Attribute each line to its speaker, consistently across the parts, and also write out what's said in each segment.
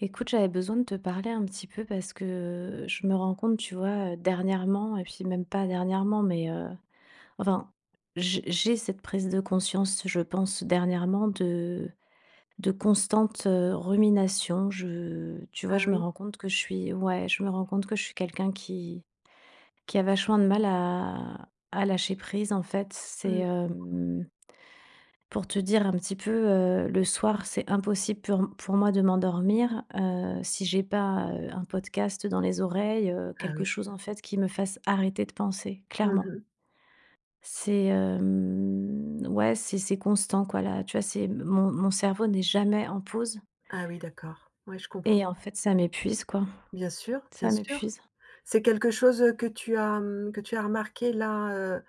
Speaker 1: Écoute, j'avais besoin de te parler un petit peu parce que je me rends compte, tu vois, dernièrement et puis même pas dernièrement, mais enfin, j'ai cette prise de conscience, je pense, dernièrement de constante, rumination. Je Tu vois,
Speaker 2: Ah
Speaker 1: je me
Speaker 2: oui,
Speaker 1: rends compte que je suis, ouais, je me rends compte que je suis quelqu'un qui a vachement de mal à lâcher prise, en fait. C'est,
Speaker 2: mmh.
Speaker 1: pour te dire un petit peu, le soir, c'est impossible pour moi de m'endormir, si j'ai pas, un podcast dans les oreilles,
Speaker 2: Ah
Speaker 1: quelque
Speaker 2: oui.
Speaker 1: chose, en fait, qui me fasse arrêter de penser,
Speaker 2: Mmh
Speaker 1: clairement.
Speaker 2: mh.
Speaker 1: C'est, ouais, c'est constant, quoi, là, tu vois? C'est mon cerveau n'est jamais en pause
Speaker 2: Ah oui, d'accord. Ouais, je comprends.
Speaker 1: et en fait, ça m'épuise, quoi.
Speaker 2: Bien sûr, bien
Speaker 1: Ça
Speaker 2: sûr.
Speaker 1: m'épuise.
Speaker 2: C'est quelque chose, que tu as, mmh, que tu as remarqué là, heu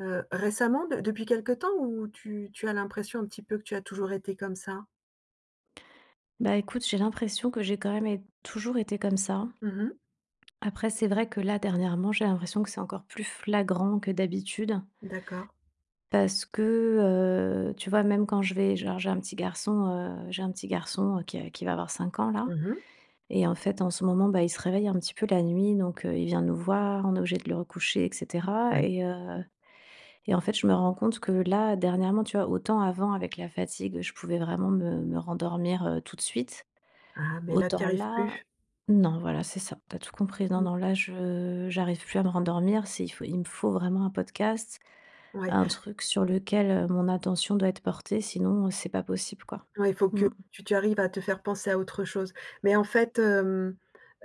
Speaker 2: récemment, de depuis quelque temps ou tu as l'impression un petit peu que tu as toujours été comme ça?
Speaker 1: Bah, écoute, j'ai l'impression que j'ai quand même é toujours été comme ça.
Speaker 2: Mmh mh.
Speaker 1: Après, c'est vrai que là, dernièrement, j'ai l'impression que c'est encore plus flagrant que d'habitude.
Speaker 2: D'accord.
Speaker 1: Parce que, tu vois, même quand je vais genre, j'ai un petit garçon, qui va avoir 5 ans, là
Speaker 2: Mmh mh.
Speaker 1: et en fait, en ce moment, bah, il se réveille un petit peu la nuit, donc il vient nous voir, on est obligé de le recoucher et cetera
Speaker 2: Oui.
Speaker 1: et en fait, je me rends compte que là, dernièrement, tu vois, autant avant, avec la fatigue, je pouvais vraiment me rendormir, tout de suite.
Speaker 2: Ah mais là, tu y
Speaker 1: Autant
Speaker 2: arrives
Speaker 1: là
Speaker 2: plus?
Speaker 1: non, voilà, c'est ça, t'as tout compris. Non,
Speaker 2: Mmh.
Speaker 1: non, là, je j'arrive plus à me rendormir, c'est il me faut vraiment un podcast,
Speaker 2: Ouais.
Speaker 1: un truc sur lequel, mon attention doit être portée, sinon, c'est pas possible, quoi.
Speaker 2: Ouais, il faut que
Speaker 1: Mmh.
Speaker 2: tu arrives à te faire penser à autre chose. Mais en fait, hem,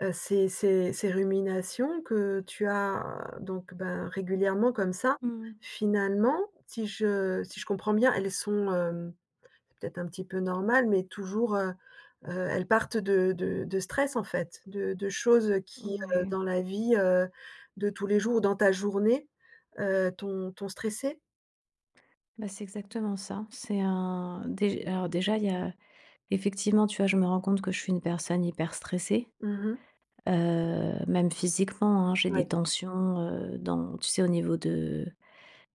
Speaker 2: heu, ces ruminations que tu as donc ben, régulièrement comme ça,
Speaker 1: Mmh.
Speaker 2: finalement, si je comprends bien, elles sont, c'est peut-être un petit peu normales, mais toujours, elles partent de stress en fait, de choses qui,
Speaker 1: Ouais,
Speaker 2: dans la vie, de tous les jours, dans ta journée, t'ont stressée?
Speaker 1: bah, c'est exactement ça. C'est un déj alors déjà, il y a effectivement, tu vois, je me rends compte que je suis une personne hyper stressée,
Speaker 2: Mmh.
Speaker 1: même physiquement, hein. J'ai des
Speaker 2: Ouais.
Speaker 1: tensions, dans tu sais, au niveau de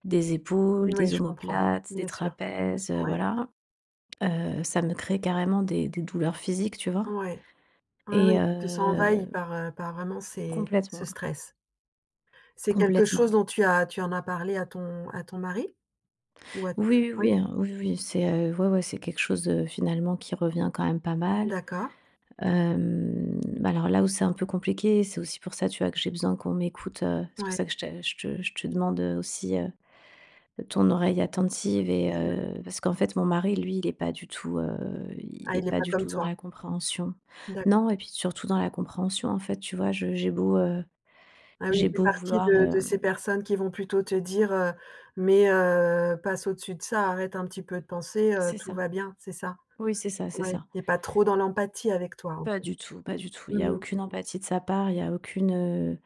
Speaker 1: des épaules,
Speaker 2: Oui,
Speaker 1: des
Speaker 2: je comprends.
Speaker 1: omoplates, des
Speaker 2: Bien sûr.
Speaker 1: trapèzes,
Speaker 2: Ouais.
Speaker 1: voilà. Ça me crée carrément des douleurs physiques, tu vois?
Speaker 2: Ouais. Ah
Speaker 1: Et
Speaker 2: oui, tu te sens envahi par, par vraiment ces ce
Speaker 1: complètement,
Speaker 2: stress. C'est quelque
Speaker 1: complètement.
Speaker 2: chose dont tu en as parlé à ton mari? Ou à toi?
Speaker 1: Oui, oui,
Speaker 2: Oui?
Speaker 1: oui, hein, oui, oui, c'est, ouais, ouais, c'est quelque chose, finalement qui revient quand même pas mal.
Speaker 2: D'accord.
Speaker 1: Alors là où c'est un peu compliqué, c'est aussi pour ça, tu vois, que j'ai besoin qu'on m'écoute, c'est pour
Speaker 2: Ouais.
Speaker 1: ça que je te demande, aussi, ton oreille attentive et parce qu'en fait, mon mari, lui,
Speaker 2: Ah,
Speaker 1: il est
Speaker 2: il est
Speaker 1: pas
Speaker 2: pas
Speaker 1: du
Speaker 2: comme
Speaker 1: tout dans
Speaker 2: toi?
Speaker 1: la compréhension.
Speaker 2: D'accord.
Speaker 1: Non et puis surtout dans la compréhension, en fait, tu vois,
Speaker 2: Ah oui, il
Speaker 1: J'ai
Speaker 2: fait
Speaker 1: beau
Speaker 2: partie
Speaker 1: vouloir,
Speaker 2: de
Speaker 1: hem
Speaker 2: ces personnes qui vont plutôt te dire, «Mais passe au-dessus de ça, arrête un petit peu de penser,
Speaker 1: c'est
Speaker 2: tout
Speaker 1: ça.
Speaker 2: va bien», c'est ça?
Speaker 1: Oui, c'est ça, c'est
Speaker 2: Ouais,
Speaker 1: ça.
Speaker 2: il est pas trop dans l'empathie avec toi, en
Speaker 1: Pas
Speaker 2: fait.
Speaker 1: du tout, pas du tout. Il y a
Speaker 2: Mmh.
Speaker 1: aucune empathie de sa part, il y a aucune, heu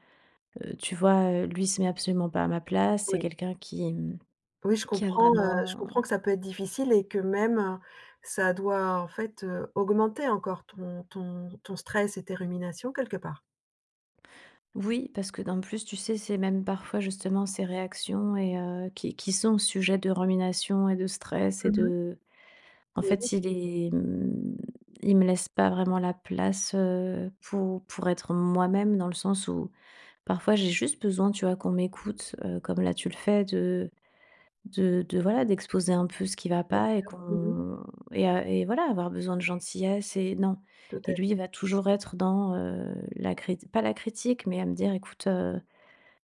Speaker 1: heu, tu vois, lui se met absolument pas à ma place. C'est
Speaker 2: Oui.
Speaker 1: quelqu'un qui, mmh,
Speaker 2: Oui,
Speaker 1: qui a
Speaker 2: je
Speaker 1: vraiment
Speaker 2: comprends que ça peut être difficile et que même, ça doit en fait, augmenter encore ton stress et tes ruminations quelque part.
Speaker 1: oui, parce que d'en plus, tu sais, c'est même parfois justement ses réactions et qui sont sujet de rumination et de stress et
Speaker 2: Mmh mh.
Speaker 1: de en
Speaker 2: Oui,
Speaker 1: fait, il me laisse pas vraiment la place, pour être moi-même dans le sens où parfois, j'ai juste besoin, tu vois, qu'on m'écoute, comme là tu le fais, de voilà, d'exposer un peu ce qui va
Speaker 2: bien
Speaker 1: pas et
Speaker 2: sûr. Mmh.
Speaker 1: qu'on et à et voilà, avoir besoin de gentillesse et non.
Speaker 2: Tout à
Speaker 1: Et lui,
Speaker 2: fait.
Speaker 1: il va toujours être dans, la critique pas la critique, mais à me dire: «Écoute, heu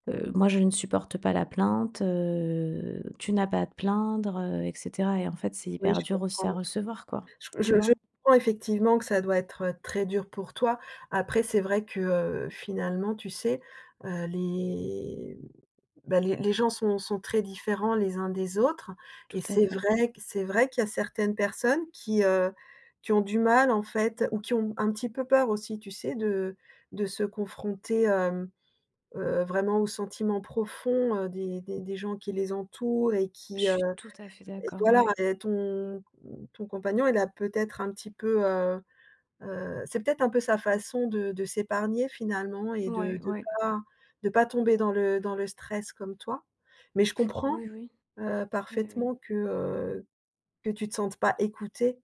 Speaker 1: heu, moi je ne supporte pas la plainte, tu n'as pas à te plaindre», et cetera. Et en fait, c'est
Speaker 2: Oui,
Speaker 1: hyper
Speaker 2: je
Speaker 1: dur
Speaker 2: comprends.
Speaker 1: aussi à recevoir, quoi.
Speaker 2: Je
Speaker 1: Tu
Speaker 2: je je
Speaker 1: vois?
Speaker 2: comprends effectivement que ça doit être très dur pour toi. Après c'est vrai que, finalement, tu sais, les bah, les gens sont très différents les uns des autres
Speaker 1: Tout
Speaker 2: et
Speaker 1: à fait.
Speaker 2: c'est vrai qu'il y a certaines personnes qui ont du mal en fait ou qui ont un petit peu peur aussi, tu sais, de se confronter, vraiment aux sentiments profonds, des gens qui les entourent et
Speaker 1: Je
Speaker 2: qui, heu,
Speaker 1: suis tout à fait
Speaker 2: et
Speaker 1: d'accord,
Speaker 2: voilà.
Speaker 1: ouais.
Speaker 2: Et ton compagnon, il a peut-être un petit peu, heu. C'est peut-être un peu sa façon de s'épargner finalement et de, mmh,
Speaker 1: Ouais, ouais.
Speaker 2: pas de pas tomber dans le stress comme toi. Mais je comprends,
Speaker 1: Oui, oui. Oui, oui.
Speaker 2: parfaitement que tu te sentes pas écoutée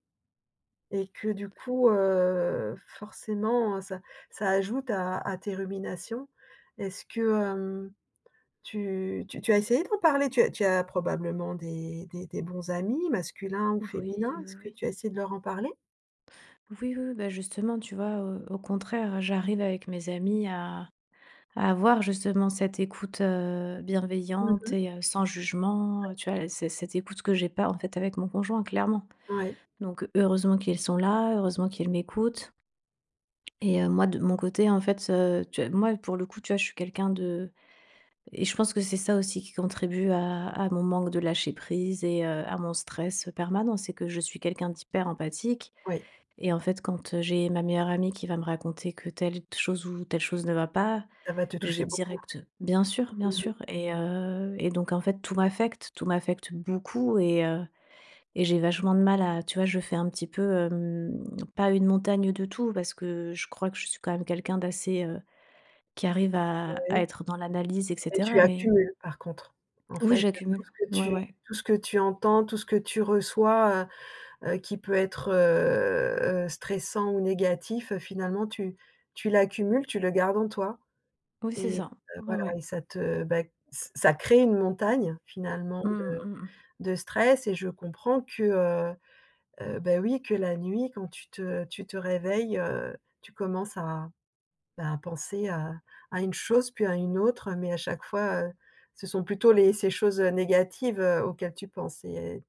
Speaker 2: et que du coup, forcément, ça ajoute à tes ruminations. Est-ce que, hem, tu as essayé d'en parler? Tu as probablement des bons amis masculins ou
Speaker 1: Oui,
Speaker 2: féminins?
Speaker 1: oui,
Speaker 2: Est-ce que
Speaker 1: oui.
Speaker 2: tu as essayé de leur en parler?
Speaker 1: Oui, oui, oui, bah, justement, tu vois, au contraire, j'arrive avec mes amis à avoir justement cette écoute,
Speaker 2: Mmh
Speaker 1: bienveillante
Speaker 2: mh.
Speaker 1: et sans jugement, tu vois? C'est cette écoute que j'ai pas, en fait, avec mon conjoint, clairement.
Speaker 2: Ouais,
Speaker 1: Donc heureusement qu'ils sont là, heureusement qu'ils m'écoutent et moi, de mon côté, en fait, tu vois, moi, pour le coup, tu vois, je suis quelqu'un de et je pense que c'est ça aussi qui contribue à mon manque de lâcher prise et à mon stress permanent, c'est que je suis quelqu'un d'hyper empathique
Speaker 2: oui,
Speaker 1: et en fait, quand, j'ai ma meilleure amie qui va me raconter que telle chose ou telle chose ne va pas,
Speaker 2: ça va te
Speaker 1: je
Speaker 2: toucher
Speaker 1: vais
Speaker 2: beaucoup.
Speaker 1: direct: bien
Speaker 2: Mmh.
Speaker 1: sûr» et donc en fait, tout m'affecte beaucoup et j'ai vachement de mal à tu vois, je fais un petit peu, pas une montagne de tout parce que je crois que je suis quand même quelqu'un d'assez, qui arrive à
Speaker 2: Oui,
Speaker 1: être dans l'analyse et
Speaker 2: mais tu
Speaker 1: cetera mais
Speaker 2: accumules par contre. En
Speaker 1: oui,
Speaker 2: fait, tout
Speaker 1: j'accumule.
Speaker 2: ce que
Speaker 1: Ouais,
Speaker 2: tu
Speaker 1: ouais.
Speaker 2: tout ce que tu entends, tout ce que tu reçois, qui peut être, stressant ou négatif, finalement tu tu l'accumules, tu le gardes en toi
Speaker 1: Oui, c'est
Speaker 2: et
Speaker 1: ça. Ouais,
Speaker 2: voilà,
Speaker 1: ouais.
Speaker 2: et ça te, bah, ç ça crée une montagne finalement
Speaker 1: Mmh
Speaker 2: de
Speaker 1: mh, mmh
Speaker 2: stress. Et je comprends que, bah, oui, que la nuit quand tu te réveilles, tu commences à penser à une chose, puis à une autre, mais à chaque fois, ce sont plutôt les ces choses négatives, auxquelles tu penses et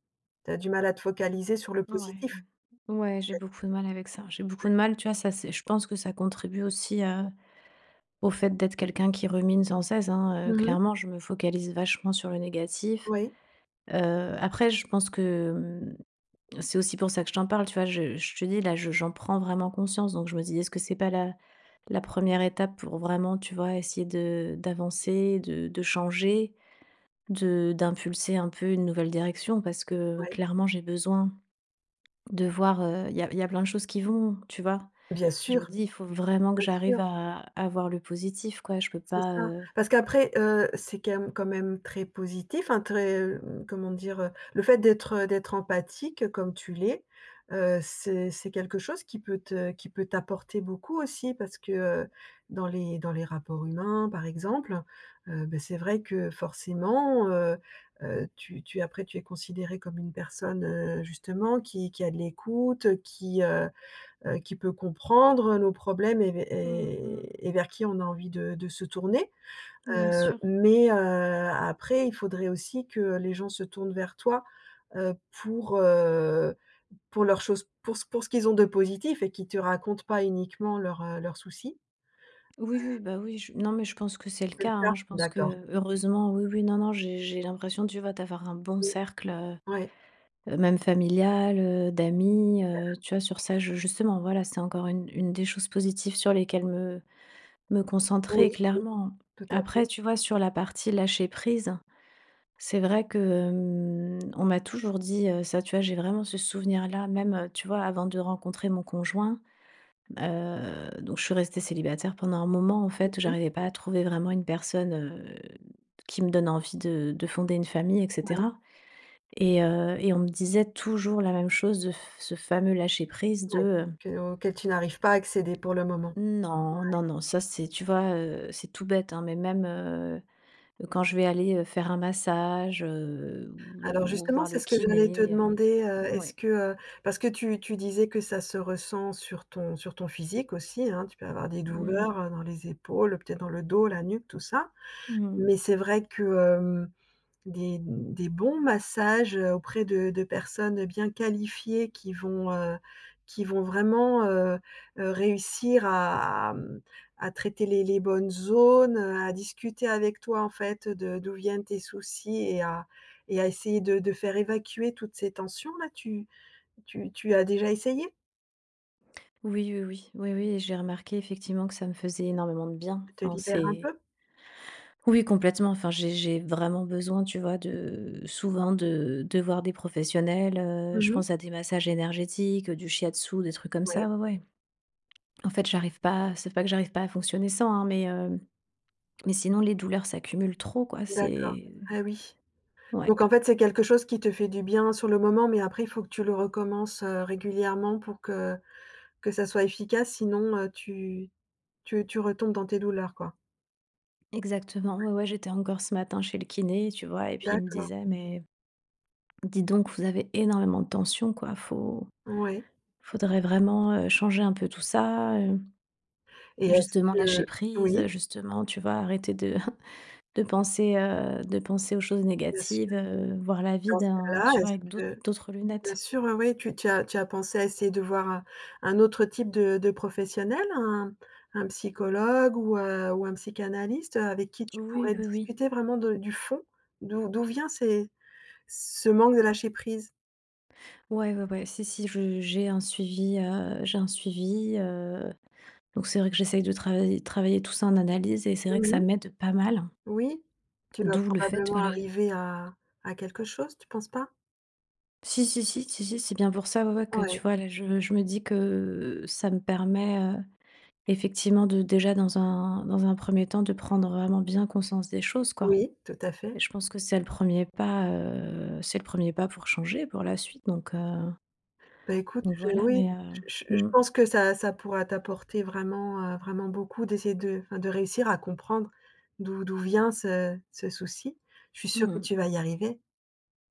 Speaker 2: tu as du mal à te focaliser sur le
Speaker 1: Ouais.
Speaker 2: positif?
Speaker 1: Ouais, j'ai beaucoup de mal avec ça. J'ai beaucoup de mal, tu vois, ça c'est je pense que ça contribue aussi à au fait d'être quelqu'un qui rumine sans cesse, hein,
Speaker 2: Mmh.
Speaker 1: clairement, je me focalise vachement sur le négatif.
Speaker 2: Oui,
Speaker 1: Après je pense que, c'est aussi pour ça que je t'en parle, tu vois? Je te dis là, je j'en prends vraiment conscience, donc je me dis: «Est-ce que c'est pas la 1re étape pour vraiment, tu vois, essayer de d'avancer, de changer, de d'impulser un peu une nouvelle direction?» parce que
Speaker 2: oui.
Speaker 1: clairement j'ai besoin de voir, il y a plein de choses qui vont, tu vois?
Speaker 2: Bien
Speaker 1: Et je me
Speaker 2: sûr,
Speaker 1: dis: «Il faut vraiment que
Speaker 2: bien sûr.
Speaker 1: j'arrive à voir le positif, quoi». Je peux
Speaker 2: C'est
Speaker 1: pas,
Speaker 2: ça.
Speaker 1: heu
Speaker 2: Parce qu'après, c'est quand même très positif, hein, très, comment dire? Le fait d'être empathique comme tu l'es, c'est quelque chose qui peut te, qui peut t'apporter beaucoup aussi parce que, dans les rapports humains, par exemple, beh, c'est vrai que forcément, tu, après, tu es considéré comme une personne, justement qui a de l'écoute, qui peut comprendre nos problèmes et
Speaker 1: Mmh mh.
Speaker 2: vers qui on a envie de se tourner.
Speaker 1: Bien sûr.
Speaker 2: Mais, après, il faudrait aussi que les gens se tournent vers toi, heu, pour, heu, pour leurs choses, pour ce qu'ils ont de positif et qui te racontent pas uniquement leurs, leurs soucis.
Speaker 1: Oui, oui, bah, oui, je non, mais je pense que c'est le
Speaker 2: C'est le
Speaker 1: cas,
Speaker 2: cas?
Speaker 1: hein. Je pense
Speaker 2: D'accord.
Speaker 1: que heureusement, oui, oui, non, non, j'ai l'impression, tu vois, d'avoir un bon
Speaker 2: Mmh.
Speaker 1: cercle,
Speaker 2: Ouais.
Speaker 1: même familial, d'amis, tu vois? Sur ça, je justement, voilà, c'est encore une des choses positives sur lesquelles me
Speaker 2: Oui,
Speaker 1: concentrer,
Speaker 2: oui,
Speaker 1: clairement.
Speaker 2: tout à
Speaker 1: Après,
Speaker 2: fait.
Speaker 1: tu vois, sur la partie lâcher prise. C'est vrai que, on m'a toujours dit, ça, tu vois? J'ai vraiment ce souvenir-là, même, tu vois? Avant de rencontrer mon conjoint, donc je suis restée célibataire pendant un moment, en fait, où
Speaker 2: Mmh.
Speaker 1: j'arrivais pas à trouver vraiment une personne, qui me donne envie de fonder une famille et
Speaker 2: Ouais,
Speaker 1: cetera et on me disait toujours la même chose, de f ce fameux lâcher prise de,
Speaker 2: ouais. Que auquel tu n'arrives pas à accéder pour le moment.
Speaker 1: «Non, non, non, ça c'est» tu vois? C'est tout bête, hein, mais même, quand je vais aller, faire un massage,
Speaker 2: Alors
Speaker 1: ou
Speaker 2: justement,
Speaker 1: voir le
Speaker 2: c'est ce que j'allais te
Speaker 1: kiné,
Speaker 2: demander, est-ce
Speaker 1: ouais.
Speaker 2: que, heu, parce que tu disais que ça se ressent sur ton physique aussi, hein, tu peux avoir des
Speaker 1: Mmh mh.
Speaker 2: douleurs, dans les épaules, peut-être dans le dos, la nuque, tout ça.
Speaker 1: Mmh.
Speaker 2: Mais c'est vrai que des bons massages, auprès de personnes bien qualifiées qui vont vraiment, réussir à, mmh, à traiter les bonnes zones, à discuter avec toi en fait de d'où viennent tes soucis et à essayer de faire évacuer toutes ces tensions là. Tu as déjà essayé?
Speaker 1: Oui, oui, oui. Oui, oui et j'ai remarqué effectivement que ça me faisait énormément de bien.
Speaker 2: Ça te
Speaker 1: Enfin,
Speaker 2: libère un
Speaker 1: c'est
Speaker 2: peu?
Speaker 1: oui, complètement. Enfin, j'ai vraiment besoin, tu vois, de souvent de voir des professionnels, je
Speaker 2: Mmh.
Speaker 1: pense à des massages énergétiques, du shiatsu, des trucs comme
Speaker 2: Ouais,
Speaker 1: ça, ouais, ouais. En fait, j'arrive pas c'est pas que j'arrive pas à fonctionner sans, hein, mais sinon les douleurs s'accumulent trop, quoi,
Speaker 2: d'accord.
Speaker 1: c'est
Speaker 2: Ah oui.
Speaker 1: ouais,
Speaker 2: Donc en fait, c'est quelque chose qui te fait du bien sur le moment, mais après il faut que tu le recommences, régulièrement pour que ça soit efficace, sinon, tu retombes dans tes douleurs, quoi.
Speaker 1: exactement. Ouais, ouais, j'étais encore ce matin chez le kiné, tu vois? Et puis il me
Speaker 2: D'accord,
Speaker 1: disait: «Mais, dis donc, vous avez énormément de tension, quoi. Faut
Speaker 2: ouais.
Speaker 1: Faudrait vraiment, changer un peu tout ça,
Speaker 2: Et est-ce
Speaker 1: justement
Speaker 2: que,
Speaker 1: lâcher prise,
Speaker 2: oui,
Speaker 1: justement, tu vois, arrêter de de penser aux choses
Speaker 2: bien sûr,
Speaker 1: négatives, voir la vie
Speaker 2: dans ce
Speaker 1: d'un
Speaker 2: cas-là,
Speaker 1: tu vois,
Speaker 2: est-ce
Speaker 1: avec
Speaker 2: que,
Speaker 1: d'autres
Speaker 2: bien
Speaker 1: lunettes.
Speaker 2: sûr, oui, oui, tu tu as, tu as pensé à essayer de voir un autre type de professionnel? Un psychologue ou un psychanalyste, avec qui tu pourrais
Speaker 1: Oui, oui, oui.
Speaker 2: discuter vraiment de du fond? D'où vient ces, ce manque de lâcher prise?
Speaker 1: Ouais, ouais, ouais. Si, si, je j'ai un suivi, donc c'est vrai que j'essaye de travailler tout ça en analyse et c'est vrai que
Speaker 2: Mmh
Speaker 1: ça
Speaker 2: mh.
Speaker 1: m'aide pas mal.
Speaker 2: Oui, tu vas
Speaker 1: D'où le fait,
Speaker 2: probablement
Speaker 1: voilà.
Speaker 2: arriver à quelque chose, tu penses pas?
Speaker 1: Si, si, si, si, si, c'est bien pour ça, ouais, ouais, que
Speaker 2: Ouais.
Speaker 1: tu vois, là, je me dis que ça me permet, effectivement de déjà dans un premier temps de prendre vraiment bien conscience des choses, quoi.
Speaker 2: Oui, tout à fait.
Speaker 1: Et je pense que c'est le premier pas, pour changer pour la suite
Speaker 2: Bah, écoute,
Speaker 1: donc
Speaker 2: je,
Speaker 1: voilà
Speaker 2: oui,
Speaker 1: mais,
Speaker 2: je
Speaker 1: mmh,
Speaker 2: pense que ça pourra t'apporter vraiment, vraiment beaucoup d'essayer de, enfin, de réussir à comprendre d'où vient ce, ce souci. Je suis sûre que
Speaker 1: mmh.
Speaker 2: tu vas y arriver.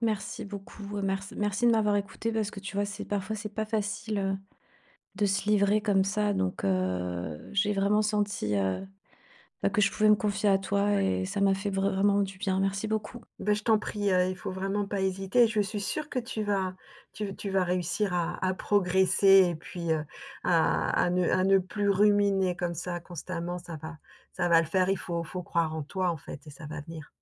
Speaker 1: Merci beaucoup, merci de m'avoir écouté parce que tu vois, c'est pas facile, de se livrer comme ça donc j'ai vraiment senti, bah, que je pouvais me confier à toi et ça m'a fait vraiment du bien. Merci beaucoup.
Speaker 2: Bah, je t'en prie, il faut vraiment pas hésiter. Je suis sûre que tu vas, tu vas réussir à progresser et puis, à à ne plus ruminer comme ça constamment. Ça va le faire. Il faut, faut croire en toi, en fait, et ça va venir.